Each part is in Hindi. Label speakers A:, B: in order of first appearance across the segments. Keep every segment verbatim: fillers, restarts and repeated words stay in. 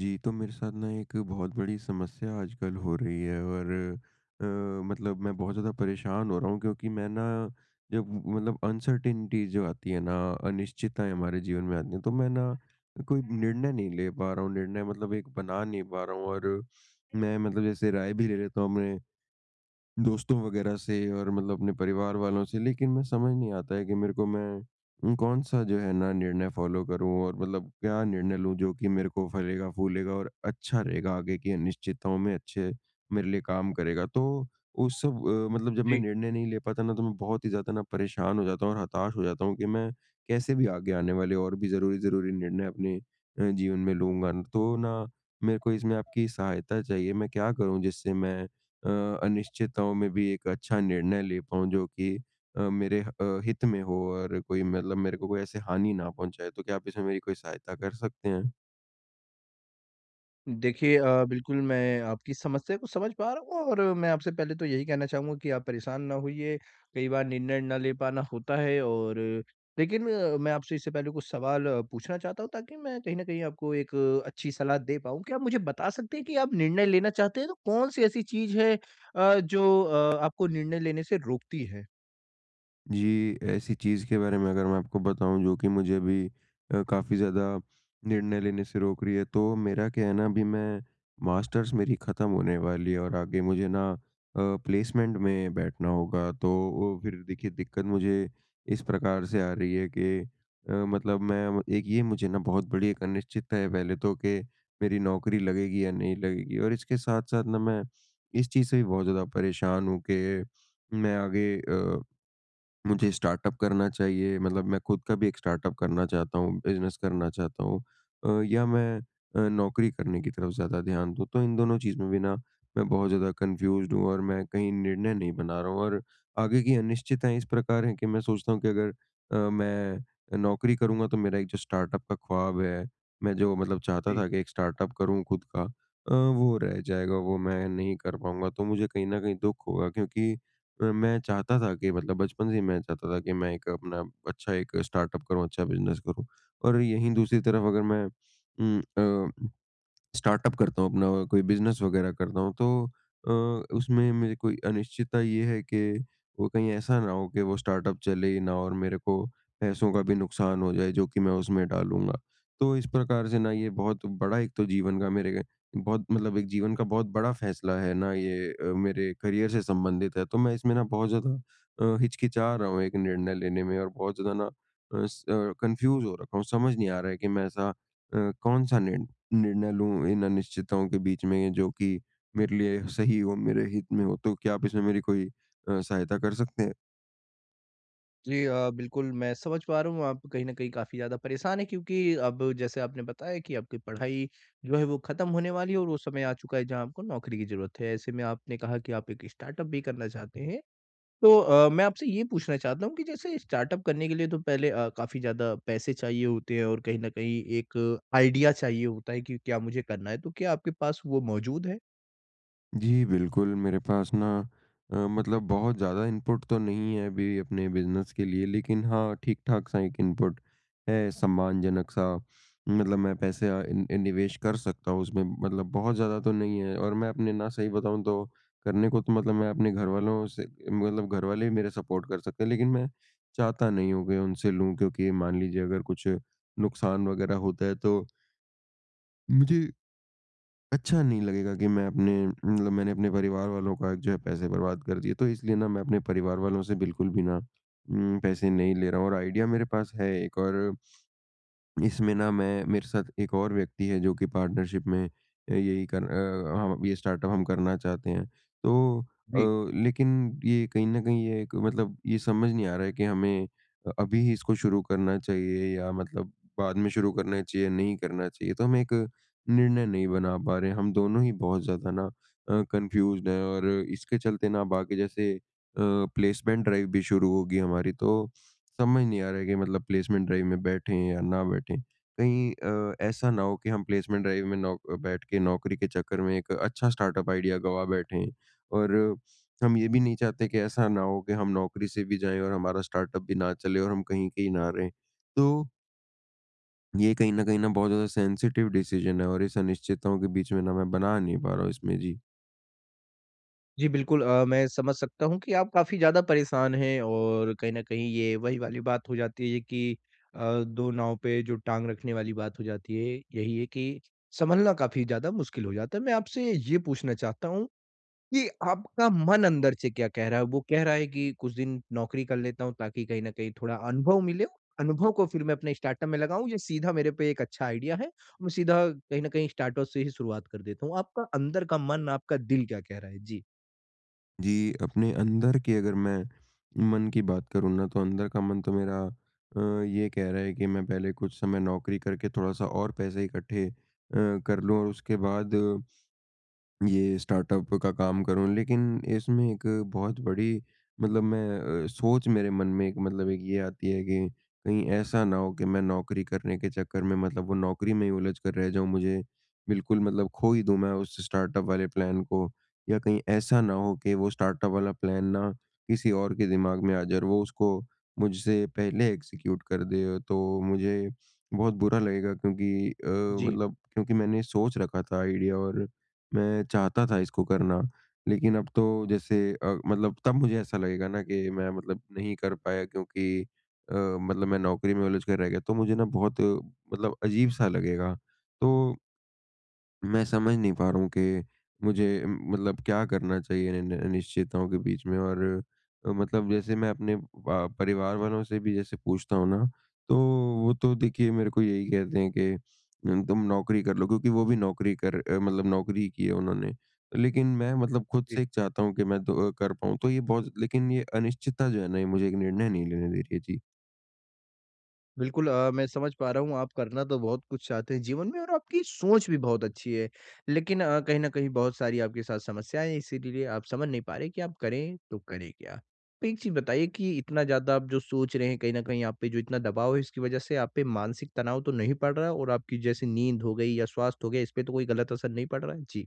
A: जी, तो मेरे साथ ना एक बहुत बड़ी समस्या आजकल हो रही है और अ, मतलब मैं बहुत ज़्यादा परेशान हो रहा हूँ क्योंकि मैं ना जब मतलब अनसर्टेनिटी जो आती है ना, अनिश्चितताएँ हमारे जीवन में आती हैं, तो मैं ना कोई निर्णय नहीं ले पा रहा हूँ, निर्णय मतलब एक बना नहीं पा रहा हूँ और मैं मतलब जैसे राय भी ले लेता हूँ अपने दोस्तों वगैरह से और मतलब अपने परिवार वालों से, लेकिन मैं समझ नहीं आता है कि मेरे को मैं उम, कौन-सा जो है ना निर्णय फ़ॉलो करूँ और मतलब क्या निर्णय लूँ जो कि मेरे को फलेगा, फूलेगा और अच्छा रहेगा आगे की अनिश्चितताओं में अच्छे मेरे लिए काम करेगा। तो उस सब अ, मतलब जब मैं निर्णय नहीं ले पाता ना, तो मैं बहुत ही ज़्यादा ना परेशान हो जाता हूँ और हताश हो जाता हूँ कि मैं कैसे भी आगे आने वाले और भी ज़रूरी-ज़रूरी निर्णय अपने अ, जीवन में लूँगा। तो ना मेरे को इसमें आपकी सहायता चाहिए, मैं क्या करूँ जिससे मैं अ, अनिश्चितताओं में भी एक अच्छा निर्णय ले पाऊँ जो कि अ, मेरे ह अ, हित में हो और कोई मतलब मेरे को कोई ऐसे हानि ना पहुँचाए। तो क्या आप इसमें मेरी कोई सहायता कर सकते हैं?
B: देखिए अ, बिल्कुल मैं आपकी समस्या को समझ पा रहा हूँ और मैं आपसे पहले तो यही कहना चाहूँगा कि आप परेशान ना होइए। कई बार निर्णय ना ले पाना होता है और लेकिन अ, मैं आपसे इससे पहले कुछ सवाल अ, पूछना चाहता हूँ ताकि मैं कहीं न कहीं आपको एक अ, अच्छी सलाह दे पाऊँ। क्या आप मुझे बता सकते हैं कि आप निर्णय लेना चाहते हैं तो कौन-सी ऐसी चीज़ है अ, जो अ, आपको निर्णय लेने से रोकती है?
A: जी, ऐसी चीज़ के बारे में अगर मैं आपको बताऊँ जो कि मुझे अभी अ, काफ़ी ज़्यादा निर्णय लेने से रोक रही है, तो मेरा क्या है ना अभी मैं मास्टर्स मेरी ख़त्म होने वाली है और आगे मुझे ना अ, प्लेसमेंट में बैठना होगा। तो वो फिर देखिए, दिक्कत मुझे इस प्रकार से आ रही है कि अ, मतलब मैं एक ये मुझे ना बहुत बड़ी एक अनिश्चितता है पहले तो कि मेरी नौकरी लगेगी या नहीं लगेगी। और इसके साथ-साथ ना मैं इस चीज़ से भी बहुत ज़्यादा परेशान हूँ कि मैं आगे अ मुझे स्टार्टअप करना चाहिए, मतलब मैं खुद का भी एक स्टार्टअप करना चाहता हूँ, बिज़नेस करना चाहता हूँ अ, या मैं अ, नौकरी करने की तरफ ज़्यादा ध्यान दूँ। तो इन दोनों चीज़ में भी ना मैं बहुत ज़्यादा कन्फ्यूज़्ड हूँ और मैं कहीं निर्णय नहीं बना रहा हूँ। और आगे की अनिश्चितताएँ इस प्रकार हैं कि मैं सोचता हूँ कि अगर अ, मैं नौकरी करूँगा तो मेरा एक जो स्टार्टअप का ख्वाब है, मैं जो मतलब चाहता था कि एक स्टार्टअप करूँ खुद का, अ, वो रह जाएगा, वो मैं नहीं कर पाऊँगा। तो मुझे कहीं न कहीं दुःख होगा क्योंकि अ, मैं चाहता था कि, मतलब बचपन से ही मैं चाहता था कि मैं एक अपना अच्छा एक स्टार्टअप करूँ, अच्छा बिज़नेस करूँ। और यहीं दूसरी तरफ अगर मैं उम, अ स्टार्टअप करता हूँ, अपना कोई बिज़नेस वगैरह करता हूँ, तो अ, उसमें मेरे कोई अनिश्चितता ये है कि वो कहीं ऐसा ना हो कि वो स्टार्टअप चले ही ना और मेरे को पैसों का भी नुकसान हो जाए जो कि मैं उसमें डालूँगा। तो इस प्रकार से ना ये बहुत बड़ा एक तो जीवन का मेरे बहुत मतलब एक जीवन का बहुत बड़ा फ़ैसला है ना, ये अ, मेरे करियर से संबंधित है। तो मैं इसमें ना बहुत ज़्यादा अ, हिचकिचा रहा हूँ एक निर्णय लेने में और बहुत ज़्यादा ना अ, स अ, कन्फ्यूज़ हो रखा हूँ। समझ नहीं आ रहा है कि मैं ऐसा अ, कौन-सा निर्णय निर्णय लूँ इन अनिश्चितताओं के बीच में जो कि मेरे लिए सही हो, मेरे हित में हो। तो क्या आप इसमें मेरी कोई अ, सहायता कर सकते हैं?
B: जी अ, बिल्कुल, मैं समझ पा रहा हूँ, आप कहीं न कहीं काफ़ी ज़्यादा परेशान हैं क्योंकि अब जैसे आपने बताया कि आपकी पढ़ाई जो है वो ख़त्म होने वाली है और वो समय आ चुका है जहाँ आपको नौकरी की ज़रूरत है। ऐसे में आपने कहा कि आप एक स्टार्टअप भी करना चाहते हैं। तो अ, मैं आपसे ये पूछना चाहता हूँ कि जैसे स्टार्टअप करने के लिए तो पहले अ, काफ़ी ज़्यादा पैसे चाहिए होते हैं और कहीं न कहीं एक आइडिया चाहिए होता है कि क्या मुझे करना है, तो क्या आपके पास वो मौजूद है?
A: जी, बिल्कुल, मेरे पास ना अ, मतलब बहुत ज़्यादा इनपुट तो नहीं है अभी अपने बिज़नेस के लिए, लेकिन हाँ, ठीक-ठाक सा एक इनपुट है, सम्मानजनक सा। मतलब मैं पैसे अ, इन इन निवेश कर सकता हूँ उसमें, मतलब बहुत ज़्यादा तो नहीं है और मैं अपने ना सही बताऊँ तो करने को तो मतलब मैं अपने घरवालों से मतलब घरवाले भी मेरे सपोर्ट कर सकते हैं, लेकिन मैं चाहता नहीं हूँ कि उनसे लूँ क्योंकि मान लीजिए अगर कुछ नुकसान वग़ैरह होता है, तो मुझे अच्छा नहीं लगेगा कि मैं अपने मतलब मैंने अपने परिवार वालों का जो है पैसे बर्बाद कर दिए। तो इसलिए ना मैं अपने परिवार वालों से बिल्कुल भी ना उम, पैसे नहीं ले रहा हूँ और आइडिया मेरे पास है एक। और इसमें ना मैं मेरे साथ एक और व्यक्ति है जो कि पार्टनरशिप में अ, यही कर अ, हम ये स्टार्टअप हम करना चाहते हैं। तो अ,
B: जी।
A: लेकिन ये कहीं न कहीं ये एक मतलब ये समझ नहीं आ रहा है कि हमें अ, अभी ही इसको शुरू करना चाहिए या मतलब बाद में शुरू करना चाहिए, नहीं करना चाहिए। तो हम एक निर्णय नहीं बना पा रहे हैं। हम दोनों ही बहुत ज़्यादा ना अ, कन्फ्यूज़्ड हैं और इसके चलते ना बाकी जैसे अ, प्लेसमेंट ड्राइव भी शुरू होगी हमारी, तो समझ नहीं आ रहा है कि मतलब प्लेसमेंट ड्राइव में बैठें या ना बैठें। कहीं अ, ऐसा ना हो कि हम प्लेसमेंट ड्राइव में नौ बैठ के नौकरी के चक्कर में एक अच्छा स्टार्टअप आइडिया गँवा बैठें। और हम ये भी नहीं चाहते कि ऐसा ना हो कि हम नौकरी से भी जाएँ और हमारा स्टार्टअप भी ना चले और हम कहीं-कहीं ना रहें। तो ये कहीं न कहीं ना बहुत ज़्यादा सेंसिटिव डिसीज़न है और इस अनिश्चितताओं के बीच में ना मैं बना नहीं पा रहा हूँ इसमें। जी।
B: जी, बिल्कुल अ, मैं समझ सकता हूँ कि आप काफ़ी ज़्यादा परेशान हैं और कहीं न कहीं ये वही वाली बात हो जाती है कि अ, दो नाव पे जो टाँग रखने वाली बात हो जाती है, यही है कि सँभलना काफ़ी ज़्यादा मुश्किल हो जाता है। मैं आपसे ये पूछना चाहता हूँ कि आपका मन अंदर से क्या कह रहा है? वो कह रहा है कि कुछ दिन नौकरी कर लेता हूँ ताकि कहीं न कहीं थोड़ा अनुभव मिले, अनुभव को फिर मैं अपने स्टार्टअप में लगाऊँ, ये सीधा मेरे पे एक अच्छा आइडिया है। मैं सीधा कहीं न कहीं स्टार्टअप से ही शुरुआत कर देता हूँ। आपका अंदर का मन, आपका दिल क्या कह रहा है? जी।
A: जी, अपने अंदर की अगर मैं मन की बात करूँ ना, तो अंदर का मन तो मेरा अ, ये कह रहा है कि मैं पहले कुछ समय नौकरी करके थोड़ा-सा और पैसे इकट्ठे अ, कर लूँ और उसके बाद ये स्टार्टअप का काम करूँ। लेकिन इसमें एक बहुत बड़ी मतलब मैं अ, सोच मेरे मन में एक मतलब एक ये आती है कि कहीं ऐसा ना हो कि मैं नौकरी करने के चक्कर में मतलब वो नौकरी में ही उलझ कर रह जाऊँ, मुझे बिल्कुल मतलब खो ही दूँ मैं उस स्टार्टअप वाले प्लान को, या कहीं ऐसा ना हो कि वो स्टार्टअप वाला प्लान ना किसी और के दिमाग में आ जाए और वो उसको मुझसे पहले एग्जीक्यूट कर दे, तो मुझे बहुत बुरा लगेगा क्योंकि अ,
B: जी।
A: मतलब क्योंकि मैंने सोच रखा था आइडिया और मैं चाहता था इसको करना, लेकिन अब तो जैसे अ, मतलब तब मुझे ऐसा लगेगा ना कि मैं मतलब नहीं कर पाया क्योंकि अ, मतलब मैं नौकरी में उलझ कर रह गया, तो मुझे ना बहुत अ, मतलब अजीब-सा लगेगा। तो मैं समझ नहीं पा रहा हूँ कि मुझे म मतलब क्या करना चाहिए नि नि अनिश्चितताओं के बीच में। और अ, मतलब जैसे मैं अपने प परिवार वालों से भी जैसे पूछता हूँ ना, तो वो तो देखिए मेरे को यही कहते हैं कि उम, तुम नौकरी कर लो क्योंकि वो भी नौकरी कर अ, मतलब नौकरी की है उन्होंने। लेकिन मैं मतलब खुद
B: जी,
A: से एक चाहता हूँ कि मैं तो अ, कर पाऊँ, तो ये बहुत लेकिन ये अनिश्चितता जो है ना, ये मुझे एक निर्णय नहीं लेने दे रही है। जी।
B: बिल्कुल अ, मैं समझ पा रहा हूँ आप करना तो बहुत कुछ चाहते हैं जीवन में और आपकी सोच भी बहुत अच्छी है। लेकिन अ, कहीं न कहीं बहुत सारी आपके साथ समस्याएँ हैं इसीलिए आप समझ नहीं पा रहे कि आप करें तो करें क्या? तो एक चीज़ बताइए कि इतना ज़्यादा आप जो सोच रहे हैं कहीं न कहीं आप पे जो इतना दबाव है इसकी वज़ह से आप पे मानसिक तनाव तो नहीं पड़ रहा और आपकी जैसे नींद हो गई या स्वास्थ्य हो गया इस पे तो कोई गलत असर नहीं पड़ रहा है? जी।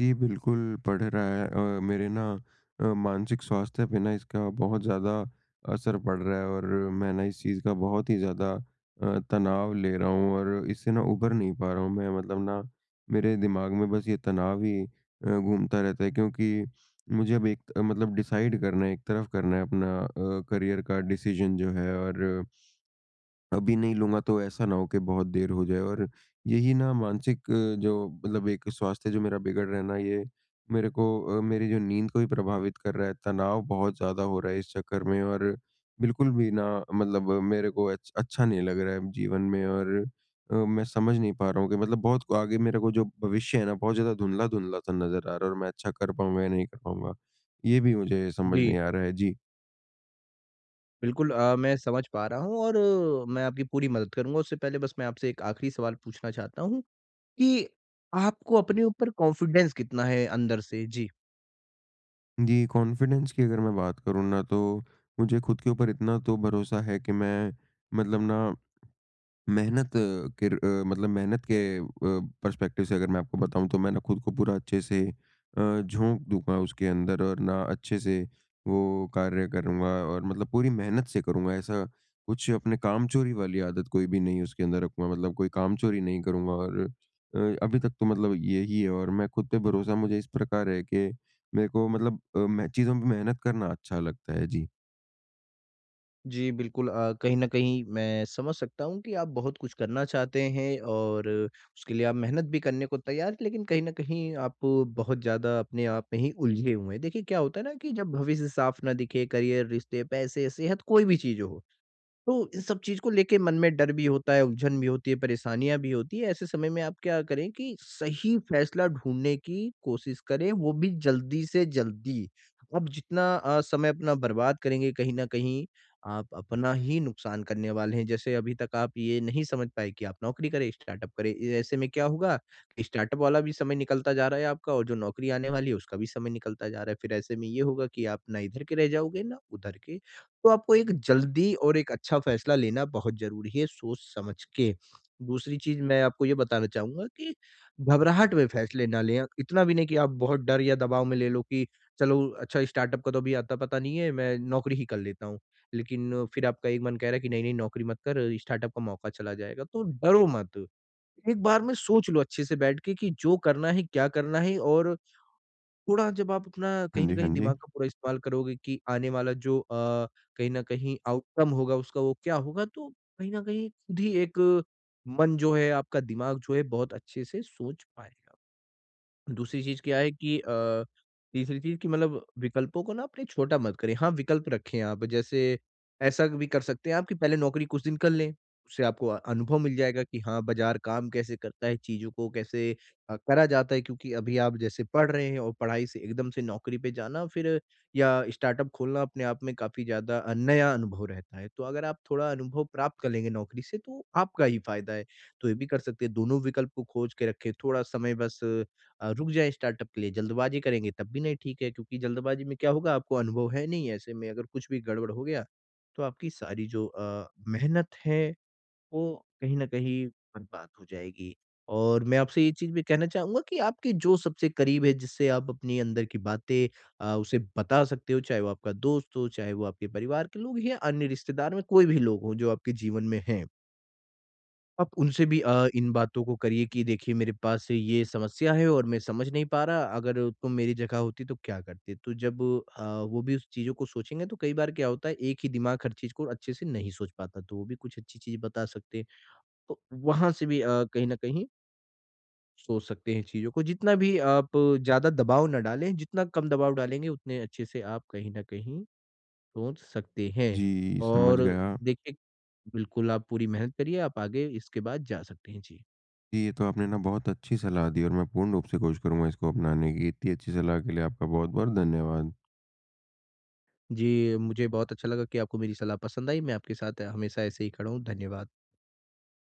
A: जी, बिल्कुल पड़ रहा है। अ, मेरे ना अ, मानसिक स्वास्थ्य पे ना इसका बहुत ज़्यादा असर पड़ रहा है और मैं ना इस चीज़ का बहुत ही ज़्यादा अ, तनाव ले रहा हूँ और इससे ना उभर नहीं पा रहा हूँ मैं। मतलब ना मेरे दिमाग में बस ये तनाव ही अ, घूमता रहता है क्योंकि मुझे अब एक अ, मतलब डिसाइड करना है, एक तरफ करना है अपना अ, करियर का डिसीज़न जो है, और अभी नहीं लूँगा तो ऐसा ना हो कि बहुत देर हो जाए। और यही ना मानसिक अ, जो मतलब एक स्वास्थ्य जो मेरा बिगड़ रहा है ना ये मेरे को अ, मेरी जो नींद को भी प्रभावित कर रहा है। तनाव बहुत ज़्यादा हो रहा है इस चक्कर में और बिल्कुल भी ना मतलब अ, मेरे को अच्छ अच्छा नहीं लग रहा है जीवन में। और अ, मैं समझ नहीं पा रहा हूँ कि मतलब बहुत आगे मेरे को जो भविष्य है ना बहुत ज़्यादा धुंधला-धुंधला-सा नज़र आ रहा है और मैं अच्छा कर पाऊँगा या नहीं कर पाऊँगा, ये भी मुझे समझ
B: जी,
A: नहीं आ रहा है। जी।
B: बिल्कुल अ, मैं समझ पा रहा हूँ और अ, मैं आपकी पूरी मदद करूँगा उससे पहले बस मैं आपसे एक आखिरी सवाल पूछना चाहता हूँ कि आपको अपने ऊपर कॉन्फिडेंस कितना है अंदर से? जी।
A: जी, कॉन्फिडेंस की अगर मैं बात करूँ ना, तो मुझे खुद के ऊपर इतना तो भरोसा है कि मैं मतलब ना मेहनत अ, के र अ, मतलब मेहनत के अ, पर्सपेक्टिव से अगर मैं आपको बताऊँ तो मैं ना खुद को पूरा अच्छे से अ, झोंक दूँगा उसके अंदर और ना अच्छे से वो कार्य करूँगा और मतलब पूरी मेहनत से करूँगा। ऐसा कुछ अपने कामचोरी वाली आदत कोई भी नहीं उसके अंदर रखूँगा, मतलब कोई कामचोरी नहीं करूँगा। और अ, अभी तक तो मतलब यही है और मैं खुद पे भरोसा मुझे इस प्रकार है कि मेरे को मतलब अ, मैं चीज़ों पे मेहनत करना अच्छा लगता है। जी।
B: जी, बिल्कुल अ, कहीं न कहीं मैं समझ सकता हूँ कि आप बहुत कुछ करना चाहते हैं और उसके लिए आप मेहनत भी करने को तैयार हैं, लेकिन कहीं न कहीं आप बहुत ज़्यादा अपने आप में ही उलझे हुए हैं। देखिए, क्या होता है ना कि जब भविष्य साफ ना दिखे, करियर, रिश्ते, पैसे, सेहत, कोई भी चीज़ हो, तो इन सब चीज़ को लेके मन में डर भी होता है, उलझन भी होती है, परेशानियाँ भी होती है। ऐसे समय में आप क्या करें कि सही फैसला ढूँढने की कोशिश करें, वो भी जल्दी से जल्दी। आप जितना अ, समय अपना बर्बाद करेंगे कहीं न कहीं आप अपना ही नुकसान करने वाले हैं। जैसे अभी तक आप ये नहीं समझ पाए कि आप नौकरी करें, स्टार्टअप करें। ए ऐसे में क्या होगा कि स्टार्टअप वाला भी समय निकलता जा रहा है आपका और जो नौकरी आने वाली है उसका भी समय निकलता जा रहा है। फिर ऐसे में ये होगा कि आप ना इधर के रह जाओगे, ना उधर के। तो आपको एक जल्दी और एक अच्छा फैसला लेना बहुत ज़रूरी है सोच-समझ के। दूसरी चीज़ मैं आपको ये बताना चाहूँगा कि घबराहट में फैसले ना लें। इतना भी नहीं कि आप बहुत डर या दबाव में ले लो कि चलो अच्छा स्टार्टअप का तो अभी आता-पता नहीं है, मैं नौकरी ही कर लेता हूँ। लेकिन फिर आपका एक मन कह रहा है कि नहीं-नहीं नौकरी मत कर, स्टार्टअप का मौका चला जाएगा। तो डरो मत, एक बार में सोच लो अच्छे से बैठ के कि जो करना है, क्या करना है और थोड़ा जब आप अपना कहीं
A: हाँ
B: न
A: जी, हाँ
B: कहीं
A: जी।
B: दिमाग का पूरा इस्तेमाल करोगे कि आने वाला जो अ, कहीं न कहीं आउटकम होगा उसका वो क्या होगा, तो कहीं न कहीं खुद ही एक मन जो है, आपका दिमाग जो है बहुत अच्छे से सोच पाएगा। दूसरी चीज़ क्या है कि अ, तीसरी चीज़ कि मतलब विकल्पों को ना अपने छोटा मत करें। हाँ, विकल्प रखें आप जैसे ऐसा भी कर सकते हैं आप कि पहले नौकरी कुछ दिन कर लें, उससे आपको अ, अनुभव मिल जाएगा कि हाँ, बाज़ार काम कैसे करता है, चीज़ों को कैसे अ, करा जाता है क्योंकि अभी आप जैसे पढ़ रहे हैं और पढ़ाई से एकदम से नौकरी पे जाना फिर या स्टार्टअप खोलना अपने आप में काफ़ी ज़्यादा अ, नया अनुभव रहता है। तो अगर आप थोड़ा अनुभव प्राप्त कर लेंगे नौकरी से तो आपका ही फ़ायदा है। तो ये भी कर सकते हैं, दोनों विकल्प को खोज के रखें, थोड़ा समय बस अ, रुक जाएँ स्टार्टअप के लिए, जल्दबाज़ी करेंगे तब भी नहीं ठीक है क्योंकि जल्दबाज़ी में क्या होगा आपको अनुभव है नहीं, ऐसे में अगर कुछ भी गड़बड़ हो गया, तो आपकी सारी जो अ, मेहनत है वो कहीं न कहीं बर्बाद हो जाएगी। और मैं आपसे ये चीज़ भी कहना चाहूँगा कि आपके जो सबसे करीब है जिससे आप अपनी अंदर की बातें अ, उसे बता सकते हो, चाहे वो आपका दोस्त हो, चाहे वो आपके परिवार के लोग या अन्य रिश्तेदार में कोई भी लोग हों जो आपके जीवन में हैं। आप उनसे भी अ, इन बातों को करिए कि देखिए मेरे पास ये समस्या है और मैं समझ नहीं पा रहा, अगर तुम मेरी जगह होती तो क्या करते? तो जब अ, वो भी उस चीज़ों को सोचेंगे तो कई बार क्या होता है एक ही दिमाग हर चीज़ को अच्छे से नहीं सोच पाता, तो वो भी कुछ अच्छी चीज़ बता सकते हैं। तो वहाँ से भी अ, कहीं न कहीं सोच सकते हैं चीज़ों को। जितना भी आप ज़्यादा दबाव ना डालें, जितना कम दबाव डालेंगे उतने अच्छे से आप कहीं न कहीं सोच सकते हैं।
A: जी, समझ
B: और
A: गया।
B: देखिए बिल्कुल आप पूरी मेहनत करिए, आप आगे इसके बाद जा सकते हैं। जी।
A: जी, ये तो आपने ना बहुत अच्छी सलाह दी और मैं पूर्ण रूप से कोशिश करूँगा इसको अपनाने की। इतनी अच्छी सलाह के लिए आपका बहुत-बहुत धन्यवाद।
B: जी, मुझे बहुत अच्छा लगा कि आपको मेरी सलाह पसंद आई। मैं आपके साथ हमेशा ऐसे ही खड़ा हूँ। धन्यवाद।